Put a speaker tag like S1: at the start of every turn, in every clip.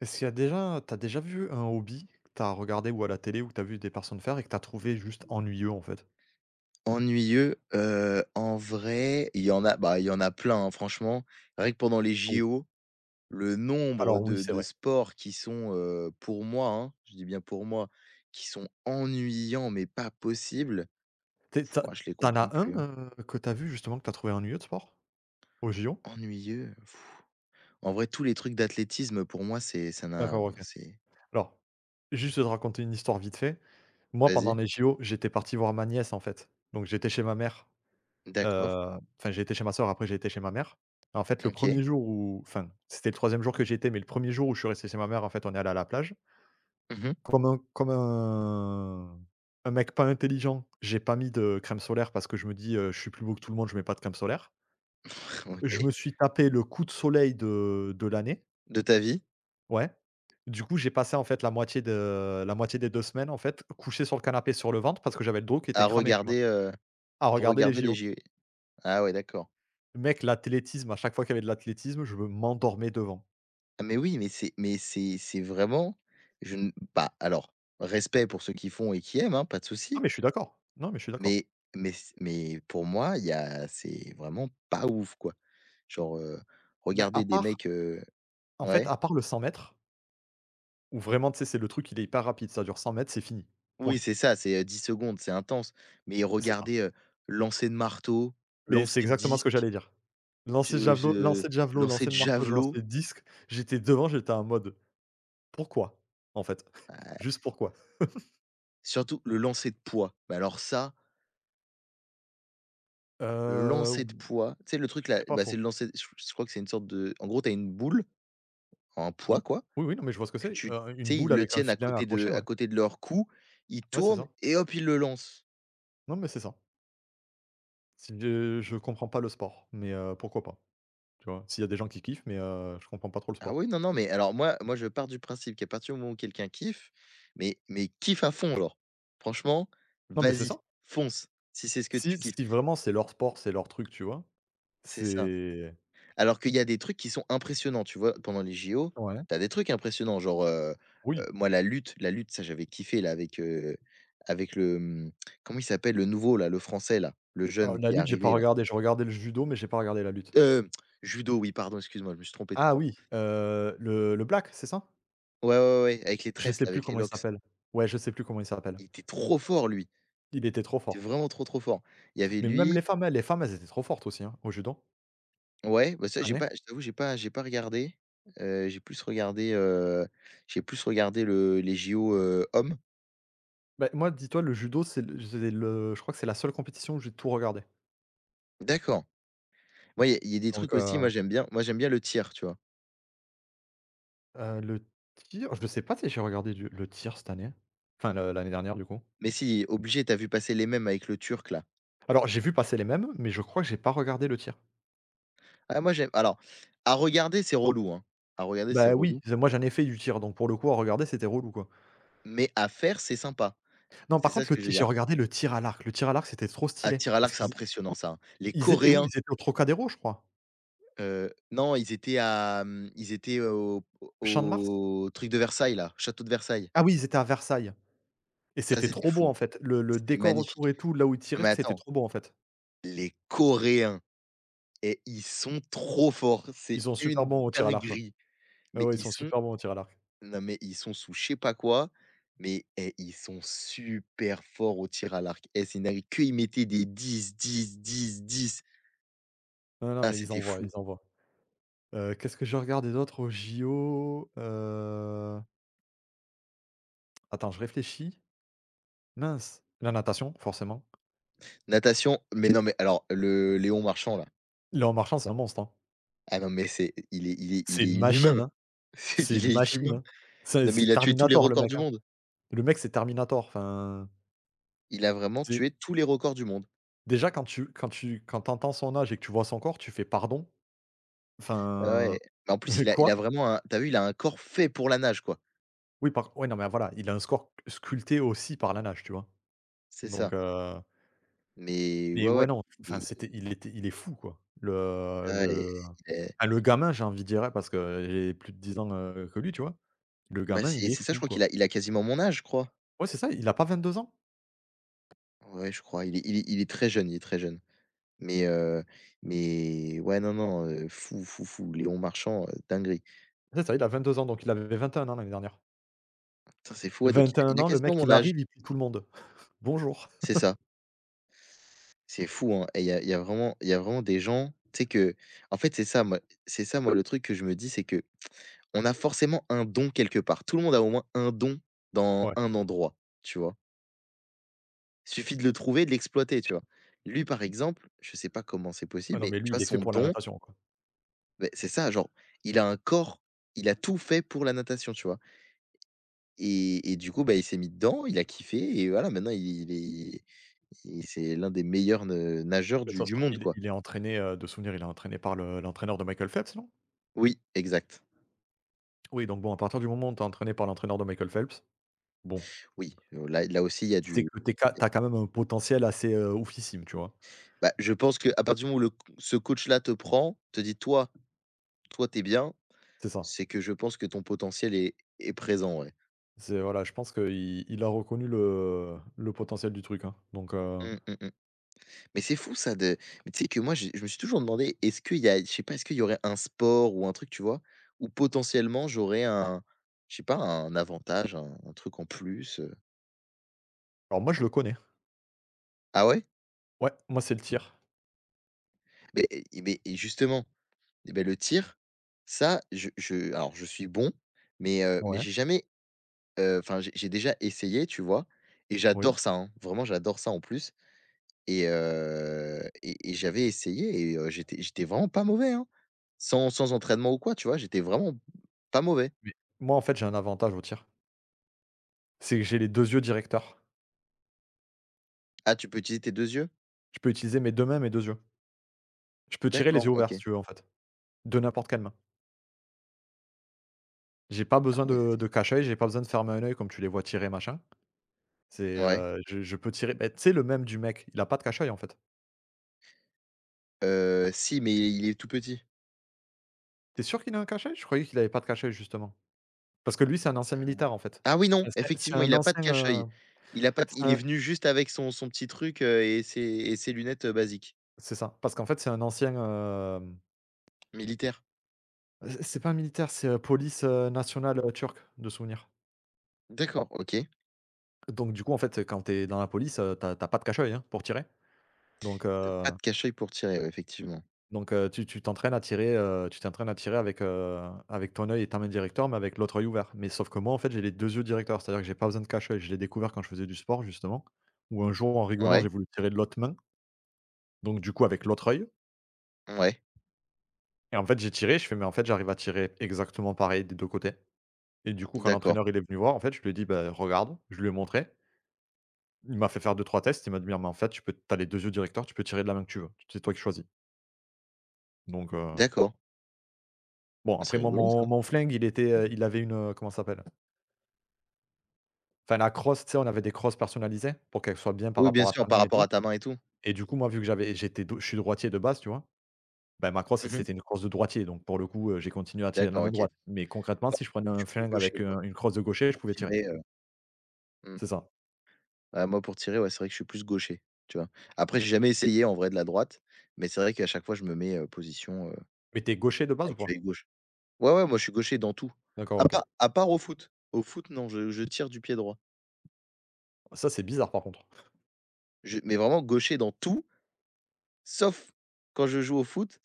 S1: Est-ce qu'il y a déjà t'as déjà vu un hobby que t'as regardé ou à la télé ou que t'as vu des personnes faire et que t'as trouvé juste ennuyeux, en fait?
S2: Ennuyeux, en vrai, il y en a plein, hein, franchement. Rien que pendant les
S1: Oui,
S2: JO, le
S1: alors
S2: nombre
S1: oui,
S2: de
S1: c'est
S2: de
S1: vrai.
S2: sports qui sont, pour moi, hein, je dis bien pour moi, qui sont ennuyants mais pas possibles,
S1: Tu es tu
S2: moi je les compte même
S1: as un,
S2: plus, hein.
S1: que t'as vu justement que t'as trouvé ennuyeux de sport? Aux JO?
S2: Ennuyeux? En vrai, tous les trucs d'athlétisme pour moi, c'est ça n'a
S1: D'accord, OK.
S2: c'est
S1: Alors, juste de te raconter une histoire vite fait. Moi, pendant
S2: vas-y?
S1: les JO, j'étais parti voir ma nièce, en fait. Donc j'étais chez ma mère,
S2: D'accord,
S1: enfin j'ai été chez ma sœur, après j'ai été chez ma mère. En fait, le
S2: OK.
S1: premier jour où enfin, c'était le troisième jour que j'y étais, mais le premier jour où je suis resté chez ma mère, en fait, on est allé à la plage.
S2: Mmh mh.
S1: Comme un un mec pas intelligent, j'ai pas mis de crème solaire parce que je me dis, «Je suis plus beau que tout le monde, je mets pas de crème solaire». Je
S2: OK.
S1: me suis tapé le coup de soleil de l'année.
S2: De ta vie?
S1: Ouais. Du coup, j'ai passé, en fait, la moitié des 2 semaines, en fait, couché sur le canapé sur le ventre parce que j'avais le dos qui était
S2: À
S1: cramé, tu vois?
S2: regarder, heu,
S1: À
S2: à
S1: regarder les
S2: regarder les
S1: JO.
S2: JO? Ah ouais, d'accord.
S1: Mec, l'athlétisme, à chaque fois qu'il y avait de l'athlétisme, je me m'endormais devant.
S2: Ah mais oui, mais c'est vraiment je ne bah, alors, respect pour ceux qui font et qui aiment, hein, pas de
S1: Non,
S2: souci,
S1: mais je suis d'accord. Non, mais je suis d'accord.
S2: mais mais pour moi, il y a c'est vraiment pas ouf, quoi. Genre,
S1: Bah, à
S2: regarder des
S1: part
S2: mecs,
S1: en fait,
S2: ouais.
S1: à part le 100 mètres où vraiment, tu sais, c'est le truc, il est hyper rapide, ça dure 100 mètres c'est fini. Point.
S2: Oui, c'est ça, c'est, 10 secondes, c'est intense, mais
S1: C'est ça.
S2: regarder, lancer de marteau,
S1: Mais
S2: lancer
S1: c'est
S2: de
S1: exactement ce que
S2: disque,
S1: j'allais dire. Lancer de javelot
S2: je
S1: lancer de javelot,
S2: lancer
S1: lancer
S2: de
S1: de marteau, j'ai lancé
S2: javelot,
S1: de disque. J'étais devant, j'étais en mode: «Pourquoi?» en fait.
S2: ah,
S1: Juste pourquoi.
S2: surtout le lancer de poids. Bah, alors ça, le lancer
S1: Heu,
S2: de poids, tu sais le truc là,
S1: c'est pas
S2: bah,
S1: faux.
S2: c'est le lancer je crois que c'est une sorte de en gros, t'as une boule en poids
S1: Oui.
S2: quoi,
S1: Oui, oui, non, mais je vois ce que
S2: que
S1: c'est.
S2: tu
S1: Une
S2: tu sais,
S1: boule
S2: ils le
S1: avec un
S2: tiennent à
S1: filin
S2: côté
S1: accroché,
S2: de
S1: ouais.
S2: à côté de leur cou, ils
S1: Ouais, c'est
S2: tournent
S1: ça.
S2: et hop, ils le lancent.
S1: Non, mais c'est ça. Si je comprends pas le sport, mais pourquoi pas, tu vois? S'il y a des gens qui kiffent, mais je comprends pas trop le
S2: Ah
S1: sport.
S2: oui, non, non, mais alors moi je pars du principe qu'à partir du moment où quelqu'un kiffe, mais kiffe à fond alors. Franchement,
S1: Non, mais c'est
S2: vas-y,
S1: ça.
S2: fonce, si c'est ce que
S1: Si
S2: tu kiffes.
S1: si vraiment c'est leur sport, c'est leur truc, tu vois?
S2: C'est ça.
S1: C'est
S2: Alors qu'il y a des trucs qui sont impressionnants, tu vois? Pendant les JO,
S1: ouais,
S2: tu as des trucs impressionnants, genre,
S1: oui.
S2: moi la lutte, ça j'avais kiffé là avec, avec le, mmh, comment il s'appelle le nouveau là, le français là, le
S1: Alors
S2: jeune
S1: la
S2: qui est
S1: lutte, j'ai pas
S2: arrivé là?
S1: regardé. Je regardais le judo, mais j'ai pas regardé la lutte.
S2: Heu, Judo, oui, pardon, excuse-moi, je me suis trompé de
S1: Ah
S2: sport.
S1: oui, le Black, c'est ça?
S2: Ouais, ouais, ouais, ouais, avec les
S1: Je
S2: tresses,
S1: sais
S2: là,
S1: plus
S2: avec les
S1: comment il
S2: locks.
S1: s'appelle. Ouais, je sais plus comment il s'appelle.
S2: Il était trop fort, lui.
S1: Il était trop
S2: Il était
S1: fort.
S2: vraiment trop, trop fort. Il y avait
S1: Mais même
S2: lui
S1: les femmes, elles étaient trop fortes aussi, hein, au judo,
S2: Ouais, bah, ça,
S1: cette
S2: j'ai
S1: année.
S2: pas je t'avoue, j'ai pas regardé. Heu, j'ai plus regardé, heu, j'ai plus regardé le les JO, hommes.
S1: Bah, moi, dis-toi, le judo, c'est le je crois que c'est la seule compétition où j'ai tout regardé.
S2: D'accord. Moi, il y a des
S1: Donc
S2: trucs aussi, moi,
S1: heu,
S2: j'aime bien le tir, tu vois?
S1: le tir, je sais pas si j'ai regardé du le tir cette année, enfin le l'année dernière, du coup.
S2: Mais si, obligé, tu as vu passer les mêmes avec le Turc, là.
S1: Alors, j'ai vu passer les mêmes, mais je crois que j'ai pas regardé le tir.
S2: Ah, moi, à regarder, c'est relou, hein. À regarder, c'est
S1: Bah oui,
S2: relou,
S1: z moi, j'en ai fait du tir, donc pour le coup, à regarder, c'était relou, quoi.
S2: mais à faire, c'est sympa.
S1: Non,
S2: C'est
S1: par
S2: ça
S1: contre,
S2: ce
S1: le
S2: que je veux
S1: ti j'ai
S2: dire.
S1: regardé le tir à l'arc. Le tir à l'arc, c'était trop
S2: À
S1: stylé
S2: tir à
S1: parce
S2: l'arc, c'est
S1: qu'ils...
S2: impressionnant ça, hein. Les
S1: Ils étaient où?
S2: Coréens,
S1: Ils étaient au Trocadéro, je crois?
S2: non, ils étaient au
S1: Champ de Mars?
S2: au truc de Versailles là, château de Versailles.
S1: Ah oui, ils étaient à Versailles et
S2: Ça,
S1: c'était
S2: c'était
S1: trop beau,
S2: fou,
S1: en
S2: hein.
S1: fait. Le
S2: C'était
S1: décor
S2: magnifique.
S1: autour et tout, là où ils
S2: Non
S1: tiraient,
S2: mais
S1: c'était
S2: attends,
S1: trop beau, en fait.
S2: les Coréens et ils sont trop forts,
S1: Ils
S2: c'est
S1: sont super
S2: une
S1: bons au tir à l'arc, ouais.
S2: dinguerie.
S1: Ouais,
S2: Mais
S1: ouais, ils
S2: ils
S1: sont
S2: sont
S1: super bons au tir à l'arc.
S2: Non mais ils sont sous je sais pas quoi, mais et ils sont super forts au tir à l'arc. Et c'est une dinguerie, qu'ils mettaient des 10, 10, 10, 10.
S1: Non, non,
S2: Ah,
S1: mais ils
S2: c'était
S1: envoient,
S2: fou.
S1: ils envoient. Qu'est-ce que je regardé d'autre aux JO? Attends, je réfléchis. Mince, la natation, forcément.
S2: Natation, mais non mais alors le Léon Marchand là.
S1: Léon Marchand, c'est un monstre, hein.
S2: Ah non, mais c'est il est il est
S1: C'est
S2: il est
S1: une machine,
S2: inhumain.
S1: hein.
S2: C'est
S1: C'est
S2: Il
S1: une
S2: est
S1: machine,
S2: inhumain.
S1: hein. C'est
S2: Non, mais
S1: c'est
S2: il a tué tous les
S1: Terminator, le
S2: records
S1: mec,
S2: du
S1: hein.
S2: monde.
S1: Le mec, c'est Terminator, enfin,
S2: Il a vraiment
S1: c'est...
S2: tué tous les records du monde.
S1: Déjà quand tu quand tu quand t'entends son âge et que tu vois son corps, tu fais: «Pardon?»
S2: Ah
S1: enfin,
S2: ouais, mais en plus, il a il a
S1: quoi?
S2: vraiment il a un corps fait pour la nage, quoi.
S1: Oui par ouais, non, mais voilà, il a un score sculpté aussi par la nage, tu vois?
S2: C'est ça.
S1: Donc heu,
S2: Mais
S1: mais
S2: ouais,
S1: ouais,
S2: ouais,
S1: non, enfin
S2: il
S1: c'était il est fou quoi.
S2: ah ouais,
S1: Le
S2: il est
S1: ah le gamin, j'ai envie de dire, hein, parce que j'ai plus de 10 ans, que lui, tu vois? Le gamin, il
S2: c'est
S1: est
S2: c'est ça, je
S1: fou
S2: crois
S1: quoi.
S2: qu'il a il a quasiment mon âge, je crois.
S1: Ouais, c'est ça, il a pas 22 ans?
S2: Ouais, je crois. Il est très jeune, il est très jeune. Mais heu, mais ouais, non, non, fou, fou, fou. Léon Marchand, dinguerie.
S1: C'est ça, il a vingt deux ans, donc il avait 21 ans l'année dernière.
S2: Putain, c'est fou, ouais, donc
S1: Vingt et
S2: il a
S1: un ans, le mec
S2: quasiment
S1: il
S2: mon âge.
S1: arrive, il plie tout le monde. Bonjour.
S2: C'est ça. C'est fou, hein, et il y a vraiment il y a vraiment des gens, tu sais que en fait, c'est ça moi le truc que je me dis, c'est que on a forcément un don quelque part. Tout le monde a au moins un don dans
S1: Ouais.
S2: un endroit, tu vois? Suffit de le trouver, de l'exploiter, tu vois? Lui, par exemple, je sais pas comment c'est
S1: Ah
S2: possible,
S1: non,
S2: mais
S1: mais
S2: tu
S1: lui, il
S2: vois
S1: est fait
S2: son
S1: pour la
S2: don,
S1: natation quoi.
S2: beh, c'est ça, genre, il a un corps, il a tout fait pour la natation, tu vois? et du coup, bah, il s'est mis dedans, il a kiffé et voilà, maintenant il est il c'est l'un des meilleurs ne
S1: Bah,
S2: nageurs
S1: de toute
S2: du
S1: façon,
S2: monde,
S1: il est
S2: quoi.
S1: il est entraîné, de souvenir, il est entraîné par le l'entraîneur de Michael Phelps, non?
S2: Oui, exact.
S1: Oui, donc bon, à partir du moment où tu es entraîné par l'entraîneur de Michael Phelps, bon,
S2: Oui, là aussi il y a
S1: c'est
S2: du
S1: que tu as quand même un potentiel assez, oufissime, tu vois?
S2: bah, je pense qu'à partir du moment où le c ce coach-là te prend, te dit: «Toi, toi, t'es bien»,
S1: C'est ça.
S2: c'est que je pense que ton potentiel est présent, ouais.
S1: C'est voilà, je pense qu'il il a reconnu le potentiel du truc, hein, donc
S2: Mmh, mmh mh. Mais c'est fou ça de Mais tu sais que moi j'ai je me suis toujours demandé, est-ce qu'il y a je sais pas, est-ce qu'il y aurait un sport ou un truc, tu vois? Où potentiellement j'aurais un je sais pas, un avantage, un truc en plus?
S1: alors moi, je le connais.
S2: Ah ouais?
S1: Ouais, moi, c'est le tir.
S2: Mais mais et justement, et beh, le tir, ça je alors je suis bon, mais
S1: Ouais,
S2: j'ai jamais. Enfin, j'ai déjà essayé, tu vois? Et
S1: oui,
S2: j'adore ça, hein, vraiment j'adore ça en plus et j'avais essayé j'étais vraiment pas mauvais, hein. Sans entraînement ou quoi, tu vois? J'étais vraiment pas mauvais.
S1: mais moi, en fait, j'ai un avantage au tir. C'est que j'ai les 2 yeux directeurs.
S2: Ah, tu peux utiliser tes deux yeux?
S1: Je peux utiliser mes 2 mains, mes deux yeux. Je peux tirer les
S2: D'accord,
S1: yeux ouverts, si
S2: OK.
S1: tu veux, en fait, de n'importe quelle main. J'ai pas
S2: Ah
S1: besoin
S2: ouais,
S1: de
S2: c'est
S1: de cache-œil, j'ai pas besoin de fermer un œil comme tu les vois tirer machin. C'est,
S2: ouais.
S1: je peux tirer beh, tu sais le même du mec, il a pas de cache-œil en fait.
S2: Si, mais il est tout petit.
S1: T'es sûr qu'il a un cache-œil? Je croyais qu'il avait pas de cache-œil justement. Parce que lui, c'est un ancien militaire en fait.
S2: Ah oui, non,
S1: Enfin, c'est
S2: effectivement,
S1: un
S2: il a pas de
S1: ancien,
S2: cache-œil. Il a pas
S1: c'est
S2: Il
S1: un...
S2: est venu juste avec son petit truc, et ses lunettes, basiques,
S1: C'est ça. Parce qu'en fait, c'est un ancien,
S2: militaires.
S1: c'est pas un militaire, c'est, police, nationale, turque de souvenir.
S2: D'accord, OK.
S1: Donc du coup, en fait, quand t'es dans la police, tu as pas de cache-œil, hein, pour tirer. Donc
S2: T'as pas
S1: euh,
S2: de cache-œil pour tirer, ouais, effectivement.
S1: Donc tu t'entraînes à tirer, avec ton œil et ta main directeur, mais avec l'autre œil ouvert. Mais sauf que moi, en fait, j'ai les 2 yeux directeurs, c'est-à-dire que j'ai pas besoin de cache-œil. Je l'ai découvert quand je faisais du sport justement, où un jour, en rigolant,
S2: Ouais,
S1: j'ai voulu tirer de l'autre main, donc du coup avec l'autre œil,
S2: ouais.
S1: et en fait, j'ai tiré, je fais: «Mais en fait, j'arrive à tirer exactement pareil des 2 côtés», et du coup, quand
S2: D'accord,
S1: l'entraîneur, il est venu voir, en fait, je lui ai dit: «Beh, regarde». Je lui ai montré. Il m'a fait faire deux trois tests. Il m'a dit: «Mais en fait, tu peux t'as les 2 yeux directeurs, tu peux tirer de la main que tu veux. C'est toi qui choisis». Donc heu,
S2: d'accord.
S1: bon
S2: Ah,
S1: après
S2: c'est
S1: moi
S2: rigolo
S1: mon
S2: ça.
S1: mon flingue, il était, il avait une, comment ça s'appelle? Enfin la crosse, tu sais, on avait des crosses personnalisées pour qu'elles soient bien par
S2: Oui, bien
S1: rapport à
S2: sûr,
S1: ta main
S2: par
S1: et
S2: rapport
S1: tout,
S2: à ta main et tout?
S1: et du coup, moi, vu que j'avais j'étais do je suis droitier de base, tu vois? Ben ma crosse,
S2: Mmh.
S1: c'était une crosse de droitier, donc pour le coup, j'ai continué à tirer de la
S2: D'accord,
S1: main
S2: OK. Ouais,
S1: droite. Mais concrètement,
S2: moi
S1: si je prenais
S2: je
S1: un
S2: suis plus
S1: flingue avec,
S2: gaucher quoi,
S1: une crosse de gaucher, je
S2: pour
S1: pouvais tirer.
S2: tirermmh.
S1: C'est ça.
S2: Bah, moi pour tirer, ouais, c'est vrai que je suis plus gaucher, tu vois? Après, j'ai jamais essayé en vrai de la droite, mais c'est vrai qu'à chaque fois je me mets, position,
S1: Mais t'es gaucher de base ou
S2: avec
S1: pas?
S2: l'œil gauche. Ouais, ouais, moi je suis gaucher dans tout.
S1: D'accord,
S2: À
S1: OK.
S2: part à part au foot. Au foot, non, je tire du pied droit.
S1: Ça, c'est bizarre par contre.
S2: Je Mais vraiment gaucher dans tout. Sauf quand je joue au foot.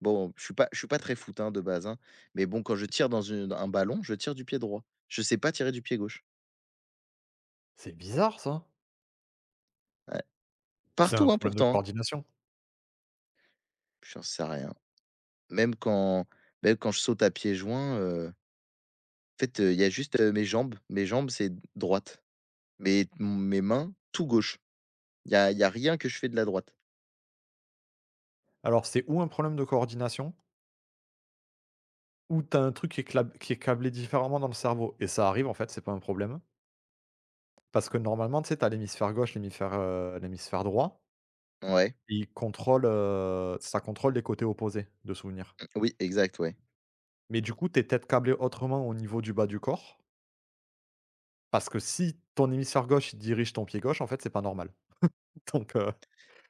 S2: Bon, je suis pas très foot, hein, de base, hein, mais bon, quand je tire dans une un ballon, je tire du pied droit. Je sais pas tirer du pied gauche.
S1: C'est bizarre ça.
S2: Ouais.
S1: C'est un
S2: Partout, hein,
S1: problème de
S2: pourtant, hein.
S1: coordination.
S2: J'en sais rien. Même quand même quand je saute à pieds joints, en fait, il y a juste, mes jambes. Mes jambes, c'est droite. Mais mes mains, tout gauche. Il y a rien que je fais de la droite.
S1: Alors, c'est ou un problème de coordination ou t'as un truc qui est clab qui est câblé différemment dans le cerveau et ça arrive, en fait, c'est pas un problème. Parce que normalement, tu sais, tu l'hémisphère gauche, l'hémisphère droit,
S2: Ouais.
S1: il contrôle, ça contrôle les côtés opposés de souvenirs.
S2: Oui, exact, ouais.
S1: Mais du coup, t'es es peut-être câblé autrement au niveau du bas du corps, parce que si ton hémisphère gauche, il dirige ton pied gauche, en fait, c'est pas normal. Donc heu,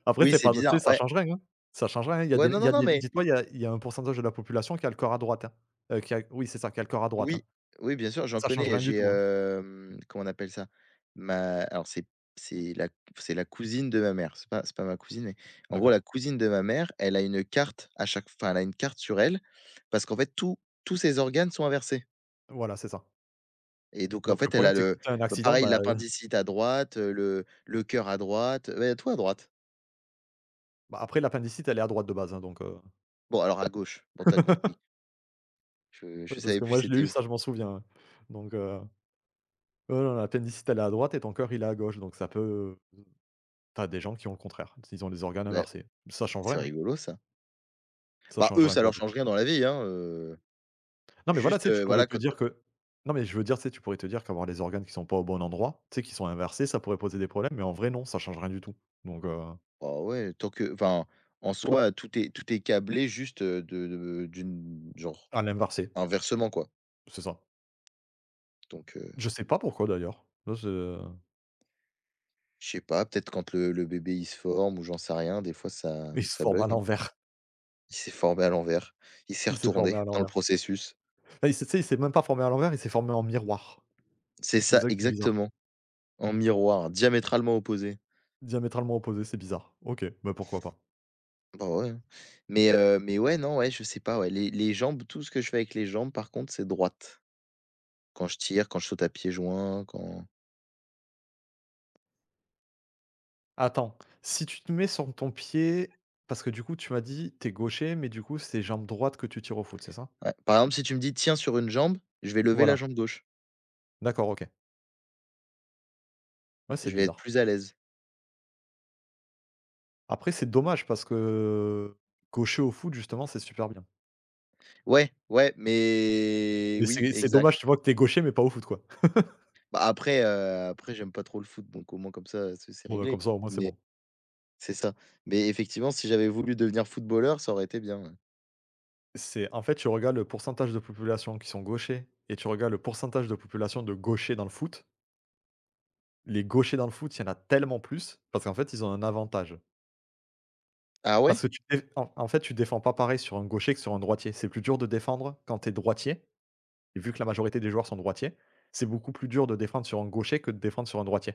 S1: après
S2: Oui,
S1: c'est
S2: c'est
S1: pas tu sais,
S2: bizarre.
S1: ça
S2: Ouais.
S1: change rien, hein. Ça change rien, hein. Il y a
S2: Ouais,
S1: des
S2: non,
S1: il y
S2: non,
S1: a
S2: non,
S1: des
S2: mais.
S1: dis-toi, il y a un pourcentage de la population qui a le corps à droite, hein. Qui a oui, c'est ça, qui a le corps à droite, hein.
S2: Oui, oui, bien sûr, j'en
S1: Ça change
S2: connais.
S1: rien du tout, hein.
S2: Comment on appelle ça? Ma Alors c'est la c'est la cousine de ma mère. C'est pas ma cousine, mais en gros, la
S1: D'accord.
S2: cousine de ma mère, elle a une carte elle a une carte sur elle parce qu'en fait, tous ses organes sont inversés
S1: Voilà, c'est ça.
S2: et donc en
S1: Donc le
S2: fait, elle
S1: problème,
S2: a
S1: c'est que si
S2: le
S1: t'as un
S2: bah,
S1: accident,
S2: pareil,
S1: bah,
S2: l'appendicite à droite, le cœur à droite, ouais, tout à droite.
S1: bah, après l'appendicite, elle est à droite de base, hein, donc
S2: Bon, alors à gauche, bon, t'as compris. Je
S1: oui,
S2: je
S1: parce
S2: savais
S1: que
S2: plus
S1: moi je l'ai
S2: c'était
S1: eu,
S2: où.
S1: ça je m'en souviens, hein. Donc heu non, l'appendicite, elle est à droite et ton cœur, il est à gauche, donc ça peut... T'as des gens qui ont le contraire, ils ont les organes
S2: Ouais,
S1: inversés. Ça change
S2: c'est
S1: rien, hein,
S2: rigolo ça.
S1: ça
S2: Bah,
S1: change
S2: eux,
S1: rien
S2: ça
S1: pour
S2: leur
S1: le coup.
S2: change rien dans la vie, hein,
S1: Non, mais voilà, tu
S2: juste,
S1: sais, tu pourrais
S2: voilà,
S1: te
S2: quand.
S1: dire que non, mais je veux dire, tu sais, tu pourrais te dire qu'avoir les organes qui sont pas au bon endroit, tu sais, qui sont inversés, ça pourrait poser des problèmes, mais en vrai, non, ça change rien du tout, donc
S2: Ah ouais, en soi, tout est câblé juste, de d'une genre,
S1: à l'inversé,
S2: inversement quoi.
S1: c'est ça.
S2: Donc,
S1: Je sais pas pourquoi d'ailleurs, ça c'est
S2: je sais pas, peut-être quand le bébé, il se forme ou j'en sais rien, des fois ça
S1: il se
S2: ça
S1: forme à
S2: bug.
S1: l'envers,
S2: Il s'est formé à l'envers, il s'est
S1: il s'est formé
S2: retourné
S1: à
S2: dans le
S1: l'envers.
S2: processus.
S1: Là, il s'est même pas formé à l'envers, il s'est formé en miroir.
S2: C'est
S1: C'est
S2: ça,
S1: ça qui est bizarre.
S2: exactement, en miroir, diamétralement opposé.
S1: Diamétralement opposé, c'est bizarre. OK, bah, pourquoi pas.
S2: Bah, ouais, hein. Mais ouais, non, ouais, je sais pas, ouais, les jambes, tout ce que je fais avec les jambes, par contre, c'est droite. Quand je tire, quand je saute à pieds joints, quand
S1: Attends, si tu te mets sur ton pied parce que du coup, tu m'as dit, t'es gaucher, mais du coup, c'est jambe droite que tu tires au foot, c'est ça?
S2: ouais. Par exemple, si tu me dis: «Tiens sur une jambe», je vais lever
S1: Voilà,
S2: la jambe gauche.
S1: d'accord, OK. Ouais, c'est
S2: Je vais être
S1: bizarre.
S2: plus à l'aise.
S1: Après, c'est dommage parce que gaucher au foot, justement, c'est super bien.
S2: Ouais, ouais, mais
S1: Mais
S2: oui,
S1: c'est
S2: exact.
S1: dommage, tu vois, que t'es gaucher, mais pas au foot, quoi.
S2: Bah, après j'aime pas trop le foot, donc au moins comme ça, c'est
S1: Bon, bah, comme
S2: réglé.
S1: ça, au moins, c'est
S2: Mais
S1: bon.
S2: c'est ça. Mais effectivement, si j'avais voulu devenir footballeur, ça aurait été bien, ouais.
S1: C'est en fait, tu regardes le pourcentage de population qui sont gauchers et tu regardes le pourcentage de population de gauchers dans le foot. Les gauchers dans le foot, il y en a tellement plus parce qu'en fait, ils ont un avantage.
S2: Ah
S1: Parce
S2: ouais?
S1: que tu dé en En fait, tu défends pas pareil sur un gaucher que sur un droitier. C'est plus dur de défendre quand tu es droitier et vu que la majorité des joueurs sont droitiers, c'est beaucoup plus dur de défendre sur un gaucher que de défendre sur un droitier.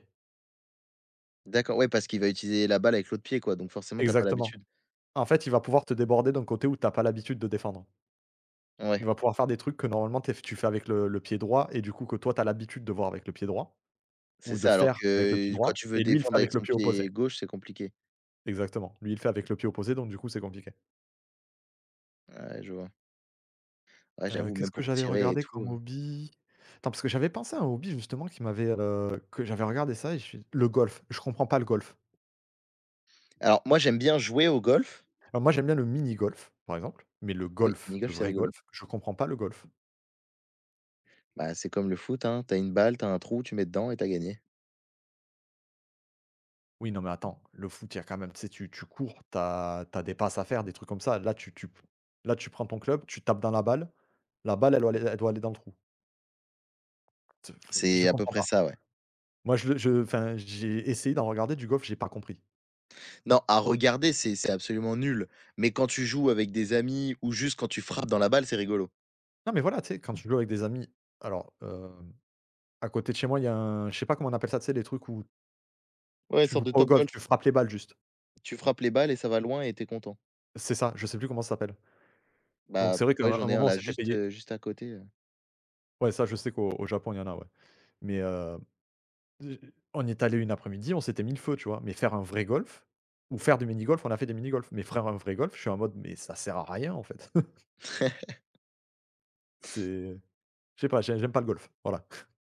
S2: D'accord, ouais, parce qu'il va utiliser la balle avec l'autre pied, quoi, donc forcément, t'as pas
S1: Exactement.
S2: l'habitude.
S1: En fait, il va pouvoir te déborder d'un côté où t'as pas l'habitude de défendre. Il
S2: Ouais,
S1: va pouvoir faire des trucs que normalement tu fais avec le pied droit et du coup que toi t'as l'habitude de voir avec le pied droit
S2: c'est
S1: ou de
S2: ça, alors
S1: faire avec le pied
S2: que quand
S1: droit
S2: tu veux
S1: et lui il le fait
S2: défendre
S1: avec
S2: avec
S1: le
S2: son
S1: pied opposé.
S2: pied gauche, c'est compliqué.
S1: Exactement. Lui, il le fait avec le pied opposé donc du coup c'est compliqué.
S2: Ouais, je vois. Ouais, j'avoue,
S1: Qu'est-ce
S2: même
S1: que
S2: pour
S1: j'avais
S2: tirer et
S1: regardé
S2: tout.
S1: comme hobby? Attends, parce que j'avais pensé à un hobby justement que j'avais regardé ça et je suis le golf, je comprends pas le golf.
S2: Alors moi, j'aime bien jouer au golf.
S1: Alors moi, j'aime bien le mini-golf, par exemple, mais le
S2: Oui,
S1: golf,
S2: mini
S1: le
S2: golf, c'est
S1: vrai
S2: rigolo.
S1: golf, je comprends pas le golf.
S2: Bah, c'est comme le foot, hein, t'as une balle, t'as un trou, tu mets dedans et t'as gagné.
S1: Oui, non, mais attends, le foot, il y a quand même, tu sais, tu cours, tu as des passes à faire, des trucs comme ça. Là, tu prends ton club, tu tapes dans la balle, elle doit aller dans le trou. Te f Je
S2: C'est à peu
S1: comprends
S2: près
S1: pas.
S2: ça, ouais.
S1: Moi, je le je enfin, j'ai essayé d'en regarder du golf, j'ai pas compris.
S2: Non, à regarder, c'est absolument nul, mais quand tu joues avec des amis ou juste quand tu frappes dans la balle, c'est rigolo.
S1: Non, mais voilà, tu sais, quand tu joues avec des amis, alors, hem à côté de chez moi, il y a un je sais pas comment on appelle ça, tu sais, les trucs où
S2: Ouais,
S1: tu joues
S2: sorte de
S1: pas au
S2: Top
S1: golf, tu
S2: Golf.
S1: frappes les balles juste.
S2: Tu frappes les balles et ça va loin et t'es content.
S1: C'est ça, je sais plus comment ça s'appelle. Donc
S2: Bah,
S1: c'est vrai qu'à un
S2: ouais, j'en
S1: un
S2: ai un
S1: moment, on
S2: là,
S1: s'était
S2: juste,
S1: payé
S2: juste à côté.
S1: ouais, ça, je sais qu'au au Japon, il y en a, ouais. Mais j on y est allé une après-midi, on s'était mis le feu, tu vois? Mais faire un vrai golf ou faire du mini-golf, on a fait des mini-golf. Mais faire un vrai golf, je suis en mode: «Mais ça sert à rien, en fait». C'est je sais pas, j'aime pas le golf, voilà.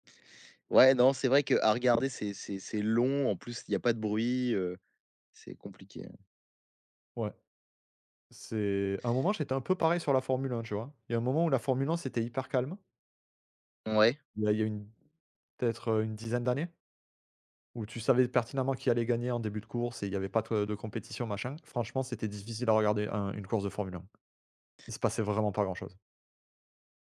S2: Ouais, non, c'est vrai que à regarder, c'est long. En plus, il y a pas de bruit, c'est compliqué, hein.
S1: Ouais, c'est à un moment, j'étais un peu pareil sur la Formule 1, tu vois? Il y a un moment où la Formule 1, c'était hyper calme.
S2: Ouais.
S1: Il y a une peut-être, une dizaine d'années où tu savais pertinemment qui allait gagner en début de course et il y avait pas de compétition machin. Franchement, c'était difficile à regarder un une course de Formule 1. Il se passait vraiment pas grand chose.